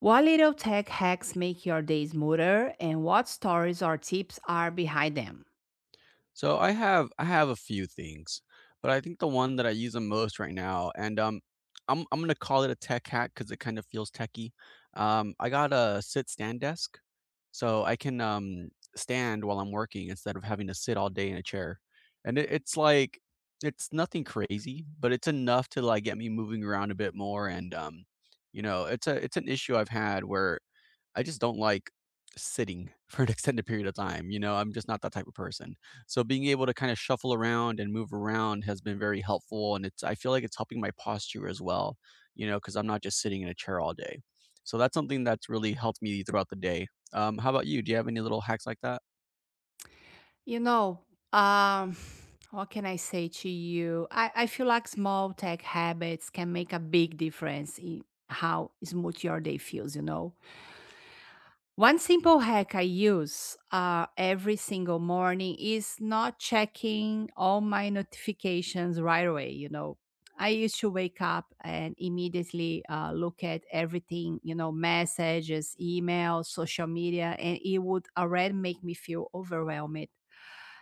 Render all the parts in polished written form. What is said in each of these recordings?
What little tech hacks make your day smoother and what stories or tips are behind them? So I have a few things, but I think the one that I use the most right now, and I'm gonna call it a tech hack because it kind of feels techy. I got a sit stand desk, so I can stand while I'm working instead of having to sit all day in a chair, and it's like it's nothing crazy, but it's enough to like get me moving around a bit more, and you know, it's an issue I've had where I just don't like sitting for an extended period of time, you know, I'm just not that type of person. So being able to kind of shuffle around and move around has been very helpful and it's I feel like it's helping my posture as well, you know, because 'cause I'm not just sitting in a chair all day. So that's something that's really helped me throughout the day. How about you? Do you have any little hacks like that? You know, um, what can I say to you? I feel like small tech habits can make a big difference in how smooth your day feels, you know? One simple hack I use every single morning is not checking all my notifications right away. You know, I used to wake up and immediately look at everything, you know, messages, emails, social media, and it would already make me feel overwhelmed.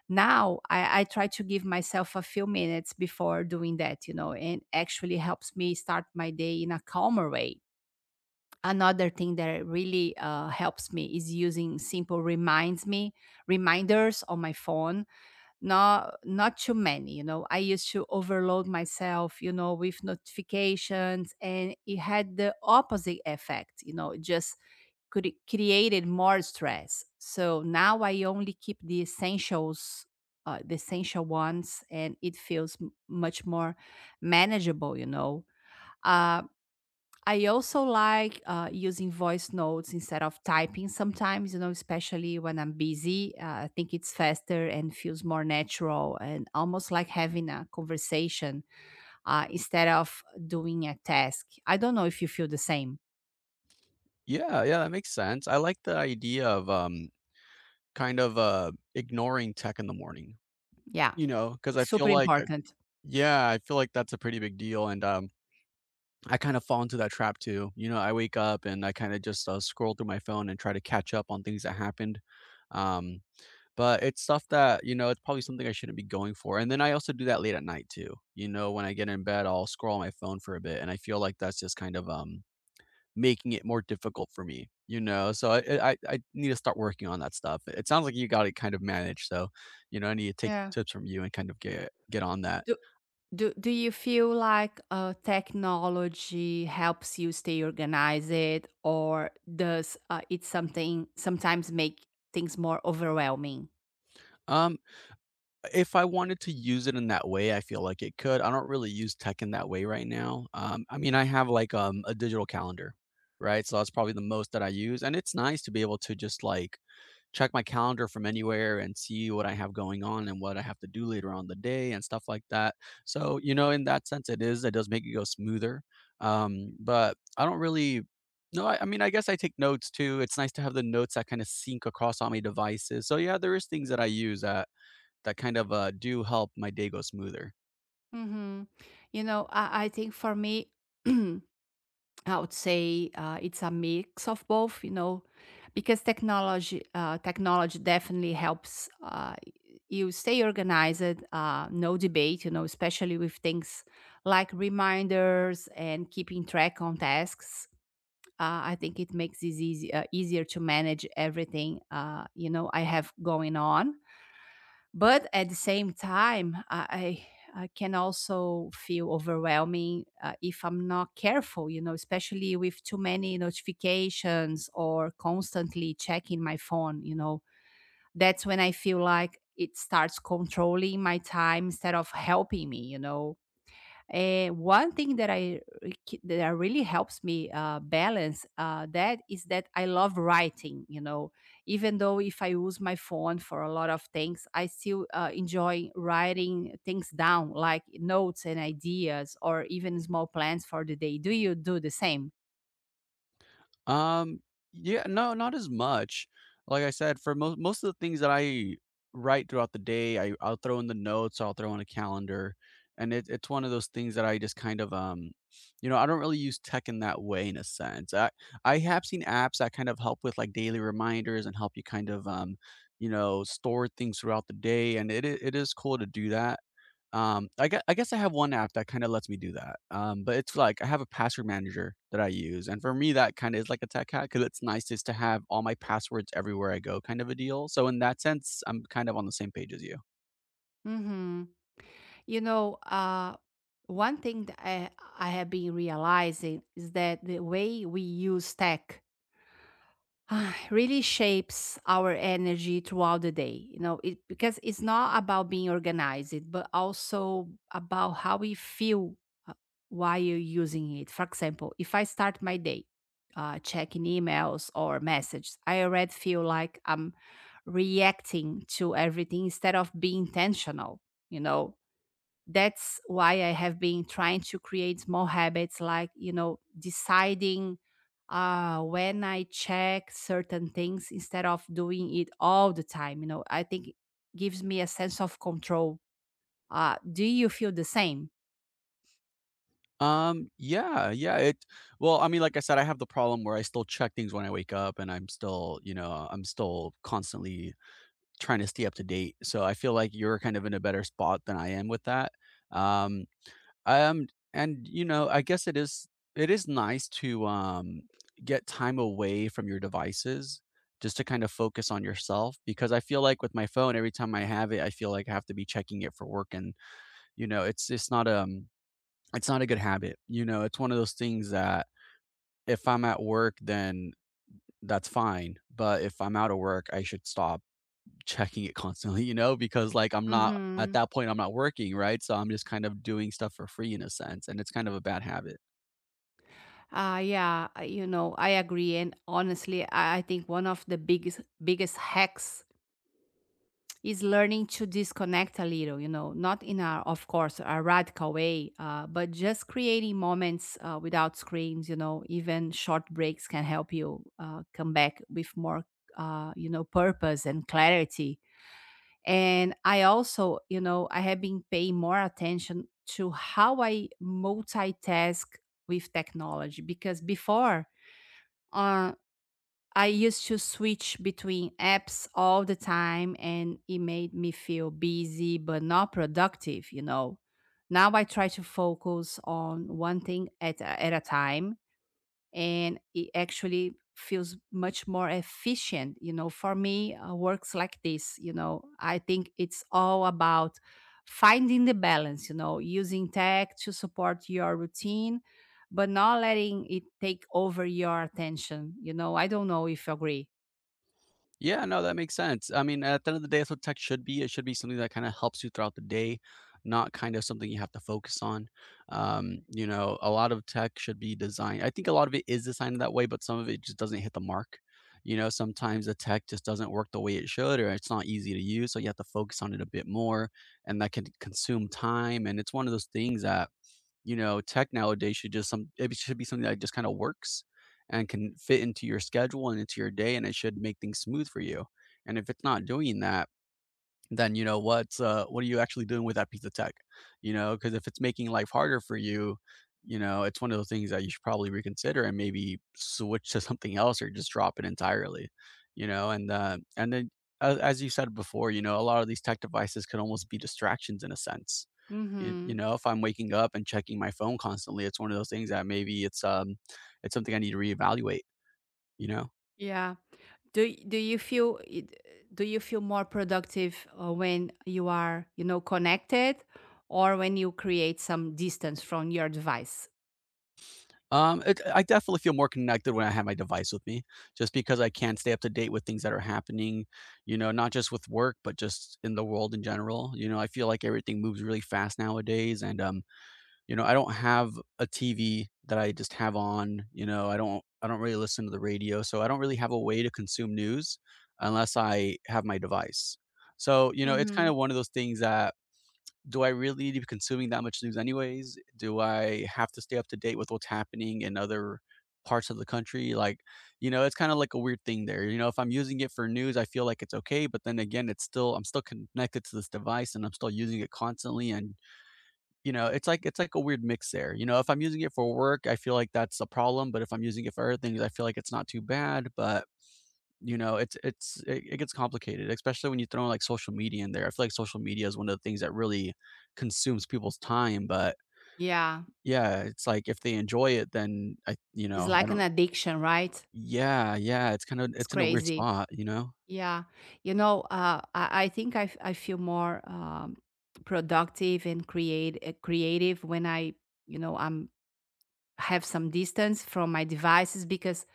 Now I try to give myself a few minutes before doing that, you know, and actually helps me start my day in a calmer way. Another thing that really helps me is using simple reminds me reminders on my phone, not too many, you know. I used to overload myself, you know, with notifications, and it had the opposite effect, you know. It just could it created more stress, so now I only keep the essentials, the essential ones, and it feels much more manageable, you know. uh, I also like using voice notes instead of typing sometimes, you know, especially when I'm busy. I think it's faster and feels more natural and almost like having a conversation instead of doing a task. I don't know if you feel the same. Yeah, yeah, that makes sense. I like the idea of kind of ignoring tech in the morning, Yeah, you know, because I feel super like important. yeah, I feel like that's a pretty big deal and I kind of fall into that trap too. You know, I wake up and I kind of just scroll through my phone and try to catch up on things that happened. Um, but it's stuff that, you know, it's probably something I shouldn't be going for. And then I also do that late at night too. You know, when I get in bed, I'll scroll on my phone for a bit. And I feel like that's just kind of making it more difficult for me, you know? I need to start working on that stuff. It sounds like you got it kind of managed. So, you know, I need to take Yeah. tips from you and kind of get on that. Do, do you feel like technology helps you stay organized, or does it something sometimes make things more overwhelming? Um, If I wanted to use it in that way, I feel like it could. I don't really use tech in that way right now. I mean, I have like a digital calendar, right? So that's probably the most that I use, and it's nice to be able to just like check my calendar from anywhere and see what I have going on and what I have to do later on in the day and stuff like that. So, you know, in that sense, it does make it go smoother. But I don't really, No, I mean, I guess I take notes too. It's nice to have the notes that kind of sync across all my devices. So, yeah, there is things that I use that kind of, do help my day go smoother. Mm-hmm. You know, I think for me, I would say it's a mix of both. You know, because technology definitely helps you stay organized. No debate. You know, especially with things like reminders and keeping track on tasks. I think it makes it easier to manage everything. You know, I have going on, but at the same time, I can also feel overwhelming if I'm not careful, you know, especially with too many notifications or constantly checking my phone, you know. That's when I feel like it starts controlling my time instead of helping me, you know. And one thing that I really helps me balance that is that I love writing. You know, even though if I use my phone for a lot of things, I still enjoy writing things down, like notes and ideas, or even small plans for the day. Do you do the same? Um, yeah, no, not as much. Like I said, for most of the things that I write throughout the day, I'll throw in the notes, I'll throw in a calendar, and it's one of those things that I just kind of, you know, I don't really use tech in that way in a sense. I have seen apps that kind of help with like daily reminders and help you kind of, you know, store things throughout the day, and it is cool to do that. I guess I have one app that kinda lets me do that, but it's like I have a password manager that I use, and for me, that kinda is like a tech hack because it's nice just to have all my passwords everywhere I go kind of a deal, so in that sense, I'm kind of on the same page as you. Hmm. You know, one thing that I have been realizing is that the way we use tech really shapes our energy throughout the day, you know, it because it's not about being organized but also about how we feel uh, while you're using it. For example, if I start my day checking emails or messages, I already feel like I'm reacting to everything instead of being intentional, you know. That's why I have been trying to create small habits, like, you know, deciding when I check certain things instead of doing it all the time. You know, I think it gives me a sense of control. Do you feel the same? Yeah, yeah, it well, I mean, like I said, I have the problem where I still check things when I wake up, and I'm still, you know, I'm still constantly trying to stay up to date, so I feel like you're kind of in a better spot than I am with that. Um Um, and, you know, I guess it is nice to, get time away from your devices just to kind of focus on yourself because I feel like with my phone, every time I have it, I feel like I have to be checking it for work and, you know, it's not a good habit, you know, it's one of those things that if I'm at work, then that's fine, but if I'm out of work, I should stop checking it constantly, you know, because, like, I'm not at Hmm. that point, I'm not working, right? So I'm just kind of doing stuff for free in a sense, and it's kind of a bad habit. Yeah, you know, I agree. And honestly, I think one of the biggest hacks is learning to disconnect a little, you know, not in a, of course, a radical way, but just creating moments without screens, you know. Even short breaks can help you come back with more, you know, purpose and clarity. And I also, you know, I have been paying more attention to how I multitask with technology, because before uh, I used to switch between apps all the time, and it made me feel busy but not productive, you know. Now I try to focus on one thing at a time, and it actually feels much more efficient, you know. For me, works like this. You know, I think it's all about finding the balance, you know, using tech to support your routine but not letting it take over your attention, you know. I don't know if you agree. Yeah, no, that makes sense. I mean, at the end of the day, that's what tech should be. It should be something that kind of helps you throughout the day, not kind of something you have to focus on. You know, a lot of tech should be designed. I think a lot of it is designed that way, but some of it just doesn't hit the mark. You know, sometimes the tech just doesn't work the way it should, or it's not easy to use. So you have to focus on it a bit more, and that can consume time. And it's one of those things that you know, tech nowadays should just some it should be something that just kind of works and can fit into your schedule and into your day, and it should make things smooth for you. And if it's not doing that then you know what are you actually doing with that piece of tech, you know, because if it's making life harder for you, you know, it's one of those things that you should probably reconsider and maybe switch to something else or just drop it entirely, you know, and and then as you said before, you know, a lot of these tech devices can almost be distractions in a sense. You Mhm. know, if I'm waking up and checking my phone constantly, it's one of those things that maybe it's something I need to reevaluate, you know. Yeah. Do do you feel more productive when you are, you know, connected, or when you create some distance from your device? It I definitely feel more connected when I have my device with me, just because I can stay up to date with things that are happening, you know, not just with work, but just in the world in general. You know, I feel like everything moves really fast nowadays, and you know, I don't have a TV that I just have on. You know, I don't really listen to the radio, so I don't really have a way to consume news unless I have my device. So, you know, it's kind of one of those things that do I really need to be consuming that much news anyways? Do I have to stay up to date with what's happening in other parts of the country? Like, you know, it's kind of like a weird thing there. You know, if I'm using it for news, I feel like it's okay, but then again, it's still I'm still connected to this device and I'm still using it constantly and you know, it's like a weird mix there. You know, if I'm using it for work, I feel like that's a problem, but if I'm using it for other things, I feel like it's not too bad, but you know, it gets complicated, especially when you throw like, social media in there. I feel like social media is one of the things that really consumes people's time, but Yeah, yeah, it's like if they enjoy it, then I you it's know, I like an don't. addiction, right? Yeah, yeah, It's it's in a weird crazy. spot, you know? Yeah, you know, I think I feel more productive and create creative when I, you know, I'm have some distance from my devices, because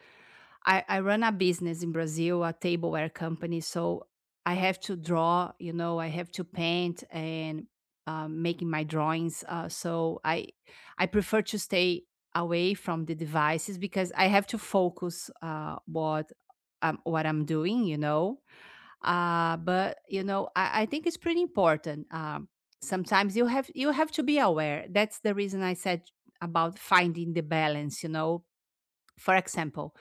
I run a business in Brazil, a tableware company. So I have to draw, you know, I have to paint and making my drawings. So I prefer to stay away from the devices because I have to focus what I'm doing, you know. But you know, I think it's pretty important. Sometimes you have to be aware. That's the reason I said about finding the balance, you know. For example,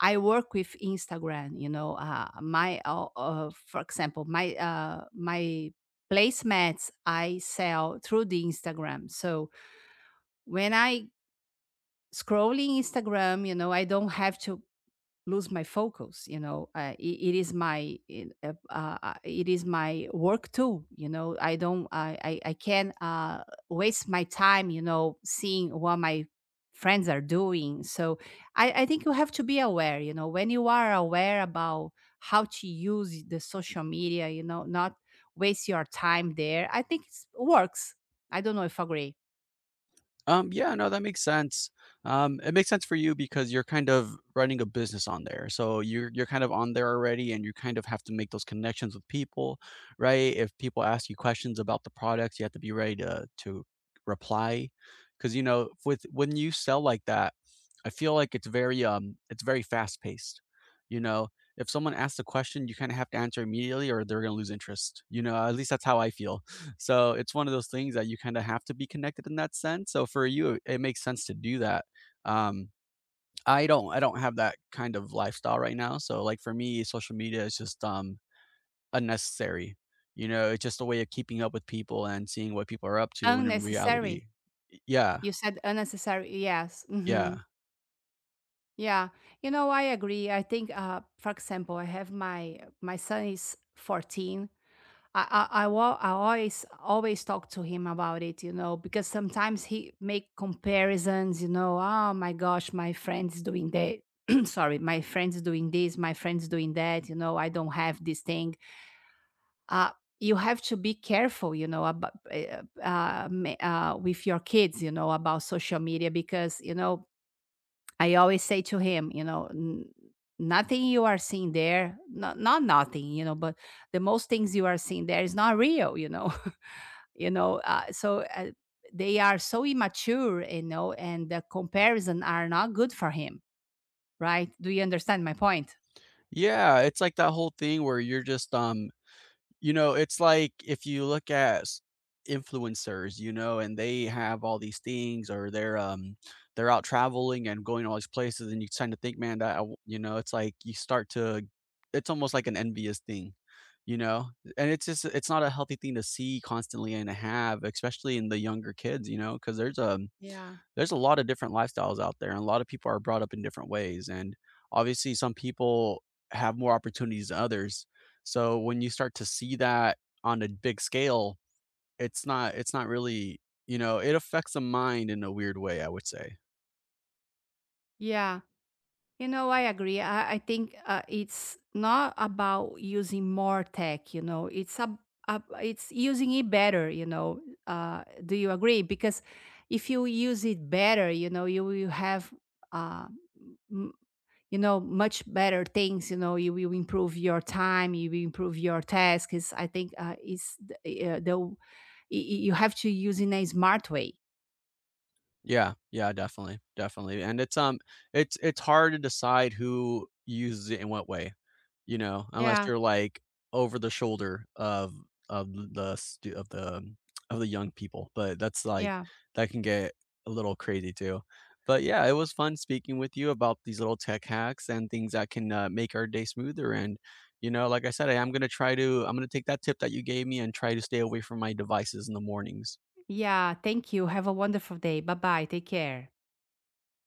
I work with Instagram, you know, for example, my placemats I sell through the Instagram. So when I scroll in Instagram, you know, I don't have to lose my focus, you know. It it is my work too. You know, I don't I can waste my time, you know, seeing what my friends are doing. So I think you have to be aware, you know. When you are aware about how to use the social media, you know, not waste your time there, I think it works. I don't know if I agree. Yeah, no, that makes sense. It makes sense for you because you're kind of running a business on there. So you're kind of on there already and you kind of have to make those connections with people, right? If people ask you questions about the products, you have to be ready to reply. Cause you know, with when you sell like that, I feel like it's very fast paced. You know, if someone asks a question, you kind of have to answer immediately or they're gonna lose interest. You know, at least that's how I feel. So it's one of those things that you kind of have to be connected in that sense. So for you, it makes sense to do that. Um, I don't have that kind of lifestyle right now. So like for me, social media is just unnecessary. You know, it's just a way of keeping up with people and seeing what people are up to when in reality. Unnecessary. Yeah, You said unnecessary, yes. Hmm. yeah. Yeah, you know, I agree. I think, for example, I have my son is 14. I always talk to him about it, you know, because sometimes he make comparisons. You know, oh my gosh, my friend's doing that. Sorry, my friend's doing this, my friend's doing that. You know, I don't have this thing. Uh, you have to be careful, you know, about with your kids, you know, about social media, because you know I always say to him, you know, "Nothing you are seeing there, not nothing, you know, but the most things you are seeing there is not real, you know," you know. So they are so immature, you know, and the comparison are not good for him, right? Do you understand my point? Yeah, it's like that whole thing where you're just you know, it's like if you look at s influencers, you know, and they have all these things or they're out traveling and going all these places and you tend to think, "Man, you know, it's like you start to it's almost like an envious thing, you know? And it's just it's not a healthy thing to see constantly and to have, especially in the younger kids, you know, because Yeah. there's a lot of different lifestyles out there, and a lot of people are brought up in different ways, and obviously some people have more opportunities than others. So when you start to see that on a big scale, it's not really, you know, it affects the mind in a weird way, I would say. Yeah. You know, I agree. I think it's not about using more tech, you know, it's using it better, you know. Do you agree? Because if you use it better, you know, you will have, uh, m- you know, much better things, you know. You will improve your time, you will improve your tasks. I think it's the w- y- y- you have to use in a smart way. Yeah, yeah, definitely, definitely, and it's it's hard to decide who uses it in what way. You know, unless Yeah, you're, like, over the shoulder of the stu of the young people, but that's, like yeah, that can get a little crazy too. But, yeah, it was fun speaking with you about these little tech hacks and things that can, make our day smoother, and, you know, like I said, I am gonna try to I'm gonna take that tip that you gave me and try to stay away from my devices in the mornings. yeah. Thank you. Have a wonderful day. Bye bye. Take care.